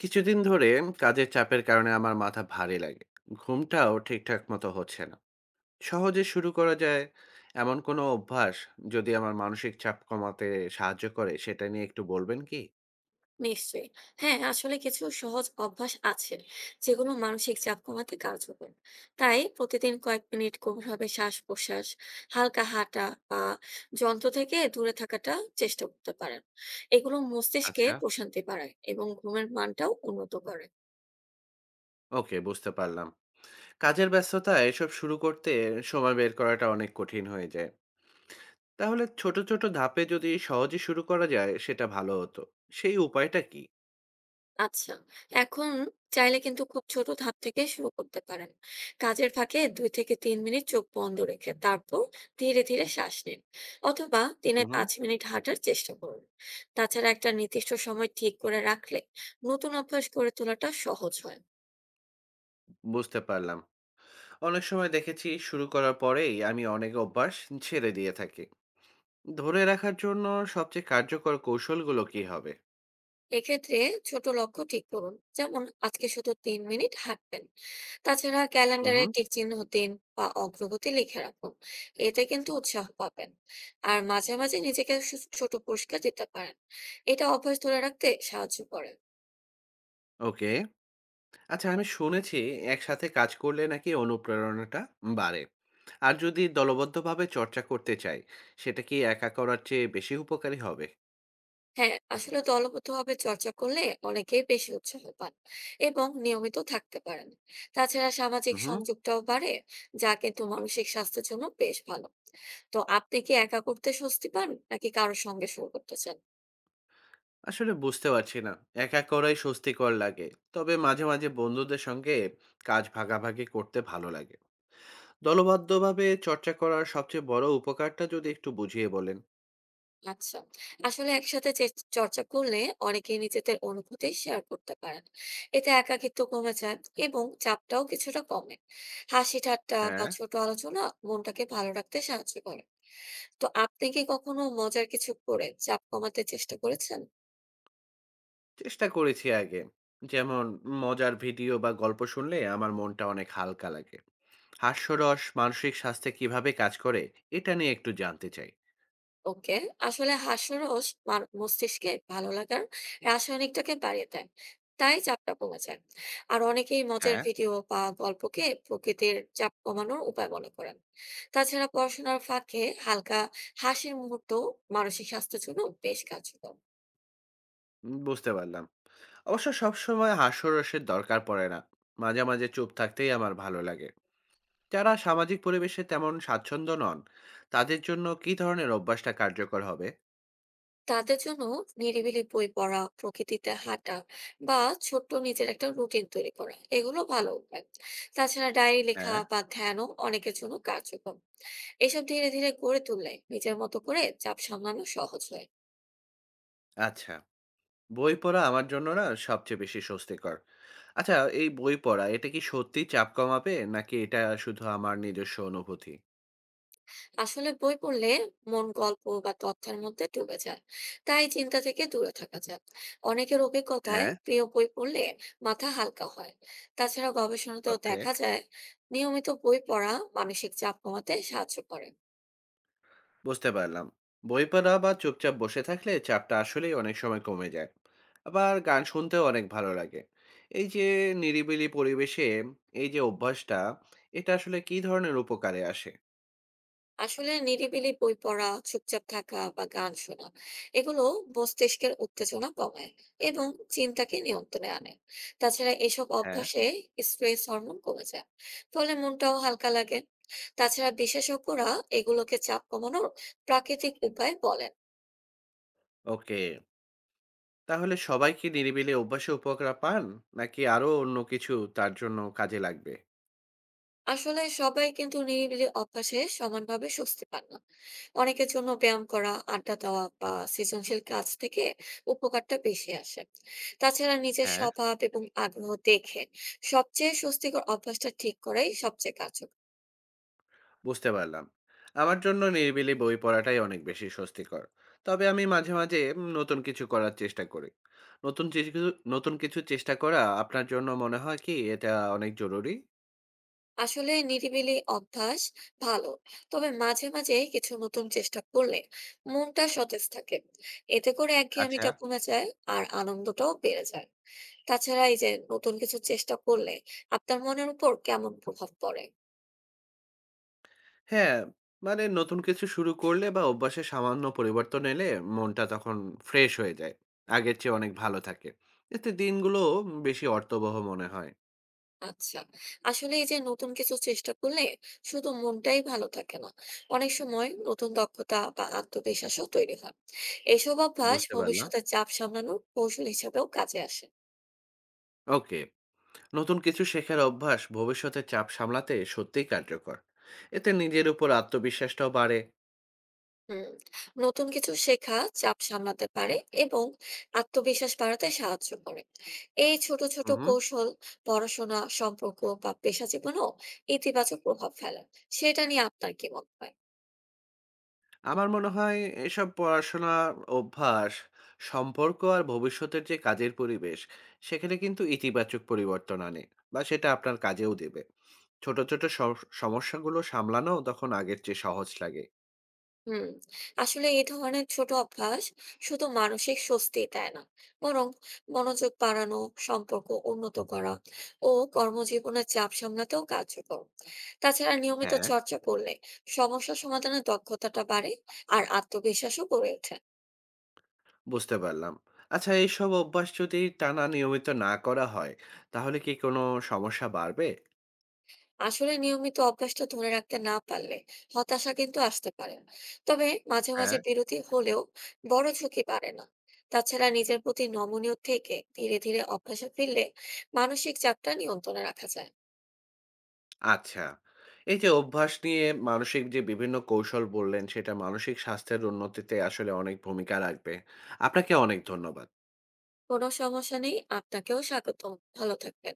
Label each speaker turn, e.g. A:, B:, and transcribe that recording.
A: কিছুদিন ধরে কাজের চাপের কারণে আমার মাথা ভারী লাগে। ঘুমটাও ঠিকঠাক মতো হচ্ছে না। সহজে শুরু করা যায় এমন কোনো অভ্যাস, যদি আমার মানসিক চাপ কমাতে সাহায্য করে, সেটা নিয়ে একটু বলবেন কি?
B: নিশ্চয়ই। হ্যাঁ, আসলে কিছু সহজ অভ্যাস আছে যেগুলো মানসিক চাপ কমাতে কার্যকর। তাই প্রতিদিন কয়েক মিনিট গভীরভাবে শ্বাস-প্রশ্বাস, হালকা হাঁটা বা যন্ত্র থেকে দূরে থাকাটা চেষ্টা করতে পারেন। এগুলো মস্তিষ্কে
A: আচ্ছা,
B: প্রশান্তি বাড়ায় এবং ঘুমের মানটাও উন্নত করে।
A: ওকে, বুঝতে পারলাম। কাজের ব্যস্ততা, এসব শুরু করতে সময় বের করাটা অনেক কঠিন হয়ে যায়। তাহলে ছোট ছোট ধাপে যদি সহজে শুরু করা যায় সেটা ভালো হতো। সেই উপায়টা কি?
B: আচ্ছা, এখন চাইলে কিন্তু খুব ছোট ধাপ থেকে শুরু করতে পারেন। কাজের ফাঁকে দুই থেকে তিন মিনিট চোখ বন্ধ রেখে তারপর ধীরে ধীরে শ্বাস নিন, অথবা দিনে
A: হুম।
B: পাঁচ মিনিট হাঁটার চেষ্টা করুন। তাছাড়া একটা নির্দিষ্ট সময় ঠিক করে রাখলে নতুন অভ্যাস গড়ে তোলাটা সহজ হয়।
A: বুঝতে পারলাম, অনেক সময় দেখেছি শুরু করার পরেই আমি অনেক অভ্যাস ছেড়ে দিয়ে থাকি। ধরে রাখার জন্য সবচেয়ে কার্যকর কৌশলগুলো কি হবে?
B: এক্ষেত্রে ছোট লক্ষ্য ঠিক করুন, যেমন আজকে শুধু তিন মিনিট হাঁটবেন। তাছাড়া ক্যালেন্ডারে
A: হুম।
B: টিক চিহ্ন দিন বা অগ্রগতি লিখে রাখুন, এতে কিন্তু উৎসাহ পাবেন। আর মাঝে মাঝে নিজেকে ছোট পুরস্কার দিতে পারেন, এটা অভ্যাস ধরে রাখতে সাহায্য করে।
A: ওকে। আচ্ছা, আমি শুনেছি একসাথে কাজ করলে নাকি অনুপ্রেরণাটা বাড়ে। আর যদি দলবদ্ধভাবে চর্চা করতে চাই, সেটা কি একা করার চেয়ে বেশি উপকারী হবে?
B: হ্যাঁ, আসলে দলবদ্ধভাবে চর্চা করলে অনেকেই বেশি উৎসাহ পান এবং নিয়মিত থাকতে পারেন। তাছাড়া সামাজিক
A: হুম।
B: সংযোগটাও বাড়ে, যা কিন্তু মানসিক স্বাস্থ্যের জন্য বেশ ভালো। তো আপনি কি একা করতে স্বস্তি পান নাকি কারোর সঙ্গে শুরু করতে চান?
A: আসলে বুঝতে পারছি না, একা করাই স্বস্তিকর লাগে, তবে মাঝে মাঝে বন্ধুদের সঙ্গে কাজ ভাগাভাগি করতে ভালো লাগে। দলবদ্ধভাবে চর্চা করার সবচেয়ে বড় উপকারটা যদি একটু বুঝিয়ে বলেন।
B: আচ্ছা, আসলে একসাথে চর্চা করলে অনেকেই নিজেদের অনুভূতি শেয়ার করতে পারেন, এতে একাকিত্ব কমে যায় এবং চাপটাও কিছুটা কমে। হাসি ঠাট্টা বা
A: হ্যাঁ,
B: ছোট আলোচনা মনটাকে ভালো রাখতে সাহায্য করে। তো আপনি কি কখনো মজার কিছু করে চাপ কমাতে চেষ্টা করেছেন?
A: চেষ্টা করেছি আগে। যেমন মজার ভিডিও বা গল্প শুনলে আমার মনটা অনেক হালকা লাগে। হাস্যরস মানসিক স্বাস্থ্যে কিভাবে কাজ করে, এটা নিয়ে একটু জানতে চাই।
B: ওকে, আসলে হাস্যরস মস্তিষ্কে ভালো লাগার রাসায়নিকটাকে বাড়িয়ে দেয়, তাই চাপটা কমে যায়। আর অনেকেই মজার
A: হ্যাঁ।
B: ভিডিও বা গল্পকে প্রকৃতির চাপ কমানোর উপায় মনে করেন। তাছাড়া পড়াশোনার ফাঁকে হালকা হাসির মুহূর্ত মানসিক স্বাস্থ্যের জন্য বেশ কার্যকর।
A: বুঝতে পারলাম। অবশ্য সবসময় হাস্যরসের দরকার পড়ে না, মাঝে মাঝে চুপ থাকতেই আমার ভালো লাগে। যারা সামাজিক পরিবেশে তেমন স্বাচ্ছন্দ্য নন, তাদের জন্য কি ধরনের অভ্যাসটা কার্যকর হবে?
B: তাদের জন্য নিরিবিলি বই পড়া, প্রকৃতিতে হাঁটা বা ছোট্ট নিজের একটা রুটিন তৈরি করা, এগুলো ভালো উপায়। তাছাড়া ডায়েরি লেখা
A: হ্যাঁ।
B: বা ধ্যানও অনেকের জন্য কার্যকর। এসব ধীরে ধীরে গড়ে তুললে নিজের মতো করে চাপ সামলানো সহজ হয়।
A: আচ্ছা, বই পড়া আমার জন্য না সবচেয়ে বেশি স্বস্তিকর। আচ্ছা, এই বই পড়া এটা কি সত্যিই চাপ কমাবে? নাকি এটা শুধু আমার নিজস্ব অনুভূতি?
B: আসলে বই পড়লে মন গল্প বা তথ্যের মধ্যে ডুবে যায়, তাই চিন্তা থেকে দূরে থাকা যায়। অনেকের অভিজ্ঞতায়
A: হ্যাঁ,
B: প্রিয় বই পড়লে মাথা হালকা হয়। তাছাড়া গবেষণাতেও
A: ওকে।
B: দেখা যায় নিয়মিত বই পড়া মানসিক চাপ কমাতে সাহায্য করে।
A: বুঝতে পারলাম। বই পড়া বা চুপচাপ বসে থাকলে চাপটা আসলেই অনেক সময় কমে যায়। আবার গান শুনতেও অনেক ভালো লাগে। এই যে নিরিবিলি পরিবেশে, এই যে অভ্যাসটা, এটা আসলে কি ধরনের উপকারে আসে?
B: আসলে নিরিবিলি বই পড়া, চুপচাপ থাকা বা গান শোনা, এগুলো মস্তিষ্কের উত্তেজনা কমায় এবং চিন্তাকে নিয়ন্ত্রণে আনে। তাছাড়া এসব
A: হ্যাঁ।
B: অভ্যাসে স্ট্রেস হরমোন কমে যায়, ফলে মনটাও হালকা লাগে। তাছাড়া বিশেষজ্ঞরা এগুলোকে চাপ কমানোর প্রাকৃতিক উপায় বলেন।
A: ওকে, তাহলে সবাই কি নিরিবিলি অভ্যাসে উপকার পান? নাকি আরো অন্য কিছু তার জন্য কাজে লাগবে?
B: আসলে সবাই কিন্তু নিরিবিলি অভ্যাসে সমানভাবে স্বস্তি পান না। অনেকের জন্য ব্যায়াম করা, আড্ডা দেওয়া বা সৃজনশীল কাজ থেকে উপকারটা বেশি আসে। তাছাড়া নিজের
A: হ্যাঁ।
B: স্বভাব এবং আগ্রহ দেখে সবচেয়ে স্বস্তিকর অভ্যাসটা ঠিক করাই সবচেয়ে কার্যকর।
A: বুঝতে পারলাম, আমার জন্য নিরিবিলি বই পড়াটাই অনেক বেশি স্বস্তিকর। তবে আমি মাঝে মাঝে নতুন কিছু করার চেষ্টা করি। নতুন কিছু, নতুন কিছু চেষ্টা করা আপনার জন্য মনে হয় কি এটা অনেক জরুরি?
B: আসলে নিরিবিলি অভ্যাস ভালো, তবে মাঝে মাঝে কিছু নতুন চেষ্টা করলে মনটা সতেজ থাকে। এতে করে
A: আচ্ছা।
B: একঘেয়েমিটা কমে যায় আর আনন্দটাও বেড়ে যায়। তাছাড়া এই যে নতুন কিছু চেষ্টা করলে আপনার মনের উপর কেমন প্রভাব পড়ে?
A: হ্যাঁ, মানে নতুন কিছু শুরু করলে বা অভ্যাসে সামান্য পরিবর্তন এলে মনটা তখন ফ্রেশ হয়ে যায়, আগের চেয়ে অনেক ভালো থাকে। এতে দিনগুলো বেশি অর্থবহ মনে হয়।
B: আচ্ছা, আসলে এই যে নতুন কিছু চেষ্টা করলে শুধু মনটাই ভালো থাকে না, অনেক সময় নতুন দক্ষতা বা আত্মবিশ্বাসও তৈরি হয়। এসব অভ্যাস
A: বুঝতে পারলাম।
B: ভবিষ্যতে চাপ সামলানোর কৌশল হিসেবেও কাজে আসে।
A: ওকে, নতুন কিছু শেখার অভ্যাস ভবিষ্যতে চাপ সামলাতে সত্যিই কার্যকর, এতে নিজের উপর আত্মবিশ্বাসটাও বাড়ে।
B: হুম, নতুন কিছু শেখা চাপ সামলাতে পারে এবং আত্মবিশ্বাস বাড়াতে সাহায্য করে। এই ছোট ছোট
A: হুম।
B: কৌশল পড়াশোনা, সম্পর্ক বা পেশা জীবনেও ইতিবাচক প্রভাব ফেলে। সেটা নিয়ে আপনার কি মত হয়?
A: আমার মনে হয় এসব পড়াশোনা, অভ্যাস, সম্পর্ক আর ভবিষ্যতের যে কাজের পরিবেশ, সেখানে কিন্তু ইতিবাচক পরিবর্তন আনে, বা সেটা আপনার কাজেও দেবে। ছোট ছোট সমস্যাগুলো সামলানো তখন আগের চেয়ে সহজ লাগে।
B: হুম, আসলে এই ধরনের ছোট অভ্যাস শুধু মানসিক স্বস্তি দেয় না, বরং মনোযোগ বাড়ানো, সম্পর্ক উন্নত করা ও কর্মজীবনের চাপ সামলাতেও কার্যকর। তাছাড়া নিয়মিত
A: হ্যাঁ।
B: চর্চা করলে সমস্যা সমাধানের দক্ষতাটা বাড়ে আর আত্মবিশ্বাসও গড়ে ওঠে।
A: বুঝতে পারলাম। আচ্ছা, এইসব অভ্যাস যদি টানা নিয়মিত না করা হয় তাহলে কি কোনো সমস্যা বাড়বে?
B: আসলে নিয়মিত অভ্যাসটা ধরে রাখতে না পারলে হতাশা কিন্তু আসতে পারে। তবে মাঝে মাঝে
A: হ্যাঁ।
B: বিরতি হলেও বড় ঝুঁকি বাড়ে না। তাছাড়া নিজের প্রতি নমনীয় থেকে ধীরে ধীরে অভ্যাসে ফিরলে মানসিক চাপটা নিয়ন্ত্রণে রাখা যায়।
A: আচ্ছা। এই যে অভ্যাস নিয়ে মানসিক যে বিভিন্ন কৌশল বললেন, সেটা মানসিক স্বাস্থ্যের উন্নতিতে আসলে অনেক ভূমিকা রাখবে। আপনাকে অনেক ধন্যবাদ।
B: কোনো সমস্যা নেই, আপনাকেও স্বাগতম, ভালো থাকবেন।